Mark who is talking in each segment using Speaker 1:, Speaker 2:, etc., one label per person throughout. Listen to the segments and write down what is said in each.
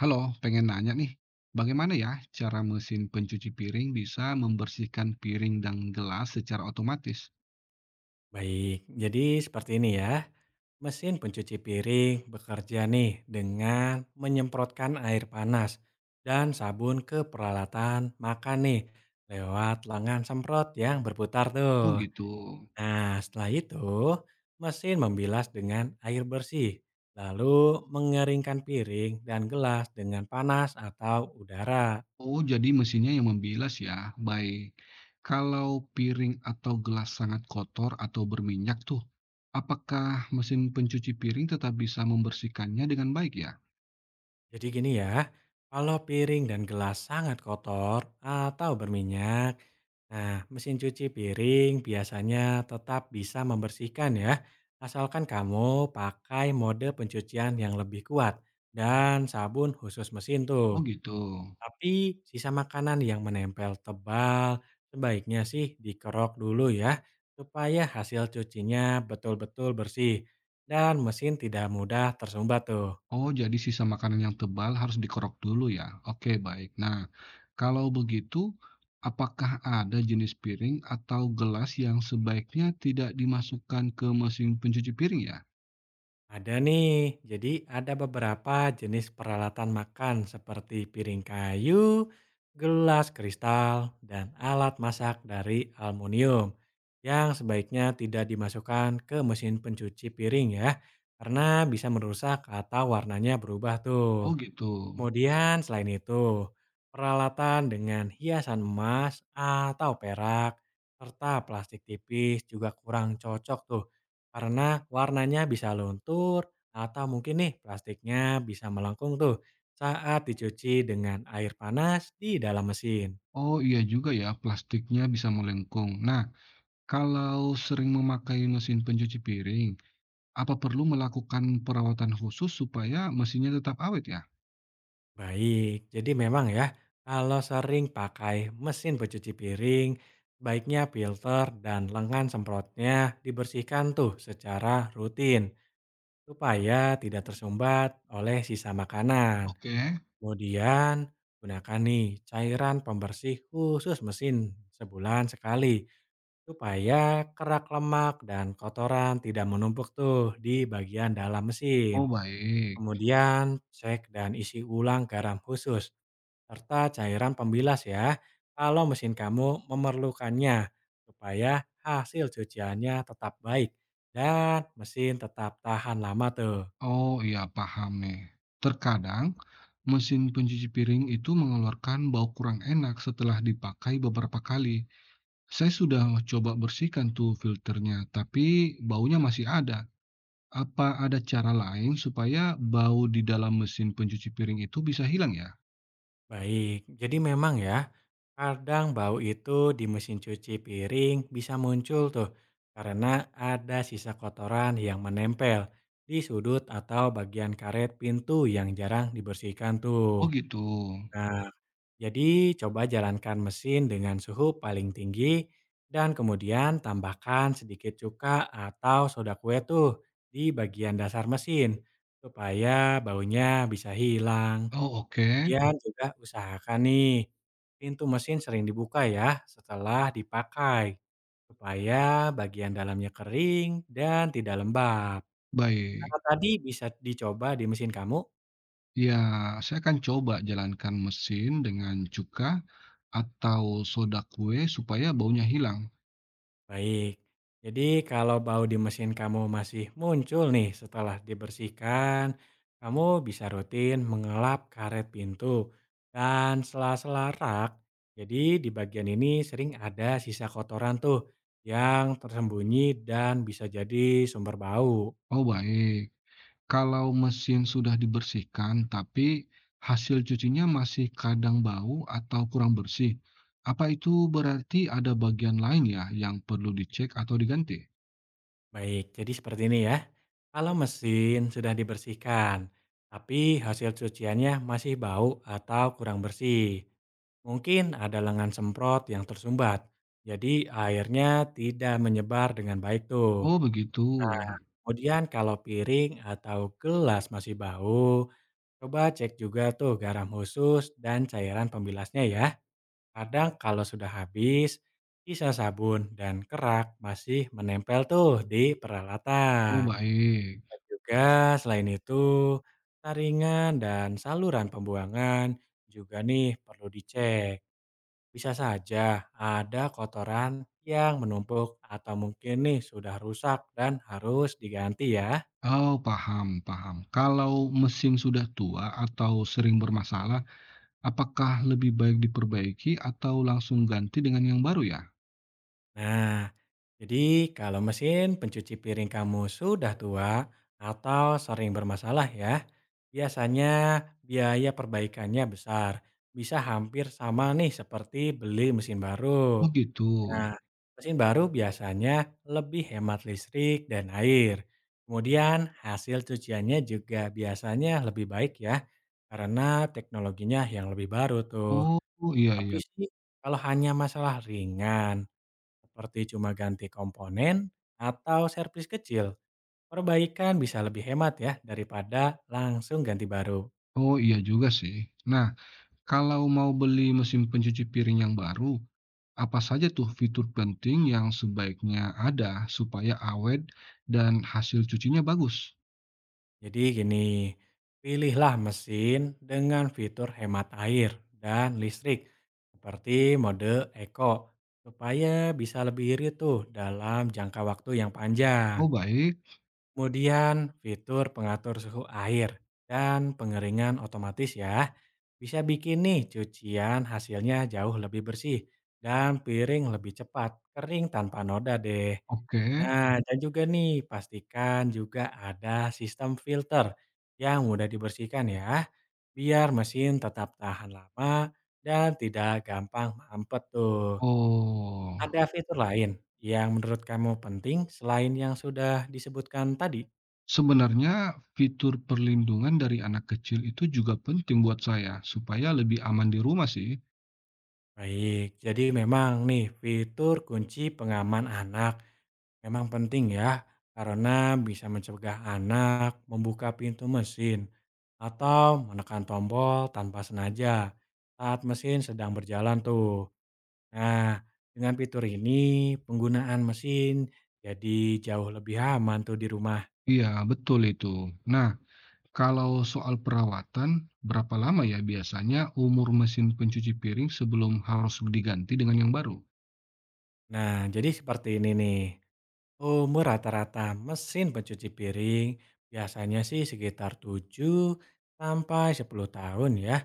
Speaker 1: Halo, pengen nanya nih, bagaimana ya cara mesin pencuci piring bisa membersihkan piring dan gelas secara otomatis?
Speaker 2: Baik, jadi seperti ini ya. Mesin pencuci piring bekerja nih dengan menyemprotkan air panas dan sabun ke peralatan makan nih lewat lengan semprot yang berputar
Speaker 1: Oh
Speaker 2: tuh.
Speaker 1: gitu.
Speaker 2: Nah, setelah itu mesin membilas dengan air bersih, lalu mengeringkan piring dan gelas dengan panas atau udara.
Speaker 1: Oh, jadi mesinnya yang membilas ya. Baik. Kalau piring atau gelas sangat kotor atau berminyak tuh, apakah mesin pencuci piring tetap bisa membersihkannya dengan baik ya?
Speaker 2: Jadi gini ya, kalau piring dan gelas sangat kotor atau berminyak, nah, mesin cuci piring biasanya tetap bisa membersihkan ya, asalkan kamu pakai mode pencucian yang lebih kuat dan sabun khusus mesin
Speaker 1: Oh
Speaker 2: tuh.
Speaker 1: gitu.
Speaker 2: Tapi sisa makanan yang menempel tebal sebaiknya sih dikerok dulu ya, supaya hasil cucinya betul-betul bersih dan mesin tidak mudah tersumbat tuh.
Speaker 1: Oh, jadi sisa makanan yang tebal harus dikerok dulu ya? Oke, baik. Nah, kalau begitu, apakah ada jenis piring atau gelas yang sebaiknya tidak dimasukkan ke mesin pencuci piring ya?
Speaker 2: Ada nih, jadi ada beberapa jenis peralatan makan seperti piring kayu, gelas kristal, dan alat masak dari aluminium yang sebaiknya tidak dimasukkan ke mesin pencuci piring ya, karena bisa merusak atau warnanya berubah
Speaker 1: Oh,
Speaker 2: tuh.
Speaker 1: gitu.
Speaker 2: Kemudian selain itu, peralatan dengan hiasan emas atau perak serta plastik tipis juga kurang cocok tuh karena warnanya bisa luntur atau mungkin nih plastiknya bisa melengkung tuh saat dicuci dengan air panas di dalam mesin.
Speaker 1: Oh, iya juga ya, plastiknya bisa melengkung. Nah, kalau sering memakai mesin pencuci piring, apa perlu melakukan perawatan khusus supaya mesinnya tetap awet ya?
Speaker 2: Baik, jadi memang ya kalau sering pakai mesin pencuci piring, baiknya filter dan lengan semprotnya dibersihkan tuh secara rutin supaya tidak tersumbat oleh sisa makanan.
Speaker 1: Oke.
Speaker 2: Kemudian gunakan nih cairan pembersih khusus mesin sebulan sekali supaya kerak lemak dan kotoran tidak menumpuk tuh di bagian dalam mesin.
Speaker 1: Oh, baik.
Speaker 2: Kemudian cek dan isi ulang garam khusus serta cairan pembilas ya kalau mesin kamu memerlukannya supaya hasil cuciannya tetap baik dan mesin tetap tahan lama tuh.
Speaker 1: Oh iya, paham nih. Terkadang mesin pencuci piring itu mengeluarkan bau kurang enak setelah dipakai beberapa kali. Saya sudah coba bersihkan tuh filternya, tapi baunya masih ada. Apa ada cara lain supaya bau di dalam mesin pencuci piring itu bisa hilang ya?
Speaker 2: Baik, jadi memang ya, kadang bau itu di mesin cuci piring bisa muncul tuh karena ada sisa kotoran yang menempel di sudut atau bagian karet pintu yang jarang dibersihkan
Speaker 1: Oh
Speaker 2: tuh.
Speaker 1: gitu.
Speaker 2: Nah, jadi coba jalankan mesin dengan suhu paling tinggi dan kemudian tambahkan sedikit cuka atau soda kue tuh di bagian dasar mesin supaya baunya bisa hilang.
Speaker 1: Oh oke,
Speaker 2: Kemudian juga usahakan nih, pintu mesin sering dibuka ya setelah dipakai, supaya bagian dalamnya kering dan tidak lembab.
Speaker 1: baik.
Speaker 2: Cara tadi bisa dicoba di mesin kamu?
Speaker 1: Ya, saya akan coba jalankan mesin dengan cuka atau soda kue supaya baunya hilang.
Speaker 2: Baik. Jadi kalau bau di mesin kamu masih muncul nih setelah dibersihkan, kamu bisa rutin mengelap karet pintu dan sela-sela rak. Jadi di bagian ini sering ada sisa kotoran tuh yang tersembunyi dan bisa jadi sumber bau.
Speaker 1: Oh baik. Kalau mesin sudah dibersihkan, tapi hasil cucinya masih kadang bau atau kurang bersih, apa itu berarti ada bagian lain ya yang perlu dicek atau diganti?
Speaker 2: Baik, jadi seperti ini ya. Kalau mesin sudah dibersihkan, tapi hasil cuciannya masih bau atau kurang bersih. Mungkin ada lengan semprot yang tersumbat, jadi airnya tidak menyebar dengan baik tuh.
Speaker 1: Oh begitu.
Speaker 2: Nah, kemudian kalau piring atau gelas masih bau, coba cek juga tuh garam khusus dan cairan pembilasnya ya. Kadang kalau sudah habis, sisa sabun dan kerak masih menempel tuh di
Speaker 1: Oh
Speaker 2: peralatan.
Speaker 1: baik.
Speaker 2: Dan juga selain itu, taringan dan saluran pembuangan juga nih perlu dicek. Bisa saja ada kotoran yang menumpuk atau mungkin nih sudah rusak dan harus diganti ya.
Speaker 1: Oh paham, paham. Kalau mesin sudah tua atau sering bermasalah, apakah lebih baik diperbaiki atau langsung ganti dengan yang baru ya?
Speaker 2: Nah, jadi kalau mesin pencuci piring kamu sudah tua atau sering bermasalah ya, biasanya biaya perbaikannya besar. Bisa hampir sama nih seperti beli mesin baru.
Speaker 1: Oh gitu.
Speaker 2: Nah, mesin baru biasanya lebih hemat listrik dan air. Kemudian hasil cuciannya juga biasanya lebih baik ya, karena teknologinya yang lebih baru tuh.
Speaker 1: Oh iya
Speaker 2: Tapi
Speaker 1: iya.
Speaker 2: sih kalau hanya masalah ringan, seperti cuma ganti komponen atau servis kecil, perbaikan bisa lebih hemat ya daripada langsung ganti baru.
Speaker 1: Oh iya juga sih. Nah. Kalau mau beli mesin pencuci piring yang baru, apa saja tuh fitur penting yang sebaiknya ada supaya awet dan hasil cucinya bagus?
Speaker 2: Jadi gini, pilihlah mesin dengan fitur hemat air dan listrik seperti mode eco supaya bisa lebih irit tuh dalam jangka waktu yang panjang.
Speaker 1: Oh baik,
Speaker 2: Kemudian fitur pengatur suhu air dan pengeringan otomatis ya, bisa bikin nih cucian hasilnya jauh lebih bersih dan piring lebih cepat kering tanpa noda deh.
Speaker 1: oke.
Speaker 2: Nah, dan juga nih pastikan juga ada sistem filter yang mudah dibersihkan ya, biar mesin tetap tahan lama dan tidak gampang mampet tuh.
Speaker 1: Oh,
Speaker 2: Ada fitur lain yang menurut kamu penting selain yang sudah disebutkan tadi?
Speaker 1: sebenarnya fitur perlindungan dari anak kecil itu juga penting buat saya supaya lebih aman di rumah sih.
Speaker 2: Baik, jadi memang nih fitur kunci pengaman anak memang penting ya karena bisa mencegah anak membuka pintu mesin atau menekan tombol tanpa sengaja saat mesin sedang berjalan tuh. Nah, dengan fitur ini penggunaan mesin jadi jauh lebih aman tuh di rumah.
Speaker 1: Iya, betul itu. Nah, kalau soal perawatan, berapa lama ya biasanya umur mesin pencuci piring sebelum harus diganti dengan yang baru?
Speaker 2: Nah, jadi seperti ini nih. Umur rata-rata mesin pencuci piring biasanya sih sekitar 7 sampai 10 tahun ya.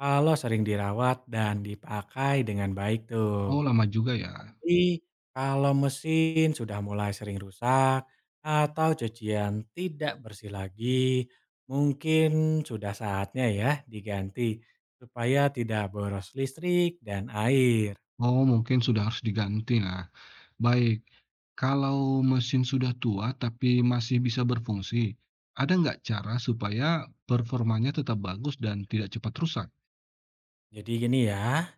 Speaker 2: Kalau sering dirawat dan dipakai dengan baik
Speaker 1: Oh,
Speaker 2: tuh.
Speaker 1: lama juga ya?
Speaker 2: Tapi kalau mesin sudah mulai sering rusak atau cucian tidak bersih lagi, mungkin sudah saatnya ya diganti supaya tidak boros listrik dan air.
Speaker 1: Oh, mungkin sudah harus diganti. Nah, baik. Kalau mesin sudah tua tapi masih bisa berfungsi, ada nggak cara supaya performanya tetap bagus dan tidak cepat rusak?
Speaker 2: Jadi gini ya,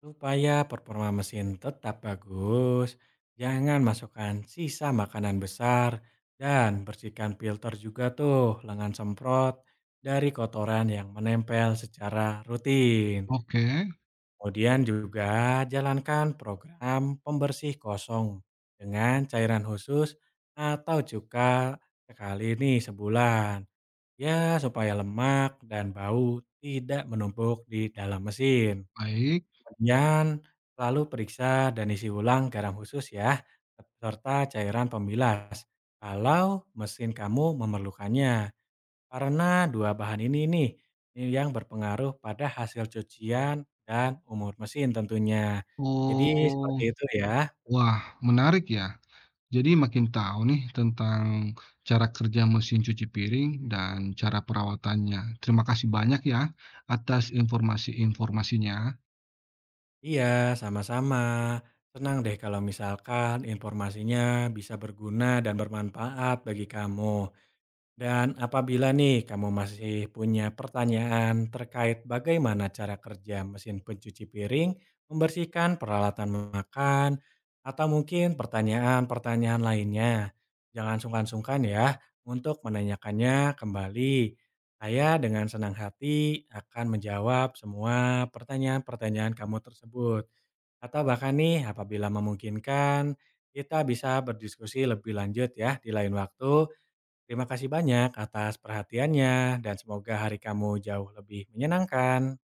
Speaker 2: supaya performa mesin tetap bagus, jangan masukkan sisa makanan besar dan bersihkan filter juga tuh lengan semprot dari kotoran yang menempel secara rutin.
Speaker 1: Oke,
Speaker 2: Kemudian juga jalankan program pembersih kosong dengan cairan khusus atau cuka sekali nih sebulan. Ya, supaya lemak dan bau tidak menumpuk di dalam mesin.
Speaker 1: baik.
Speaker 2: Kemudian lalu periksa dan isi ulang garam khusus ya, serta cairan pembilas kalau mesin kamu memerlukannya. Karena dua bahan ini nih, ini yang berpengaruh pada hasil cucian dan umur mesin tentunya. Jadi
Speaker 1: Oh,
Speaker 2: seperti itu ya.
Speaker 1: wah, menarik ya. Jadi makin tahu nih tentang cara kerja mesin cuci piring dan cara perawatannya. Terima kasih banyak ya atas informasi-informasinya.
Speaker 2: Iya, sama-sama. Senang deh kalau misalkan informasinya bisa berguna dan bermanfaat bagi kamu. Dan apabila nih kamu masih punya pertanyaan terkait bagaimana cara kerja mesin pencuci piring, membersihkan peralatan makan, atau mungkin pertanyaan-pertanyaan lainnya, jangan sungkan-sungkan ya untuk menanyakannya kembali. Saya dengan senang hati akan menjawab semua pertanyaan-pertanyaan kamu tersebut. Atau bahkan nih apabila memungkinkan, kita bisa berdiskusi lebih lanjut ya di lain waktu. Terima kasih banyak atas perhatiannya dan semoga hari kamu jauh lebih menyenangkan.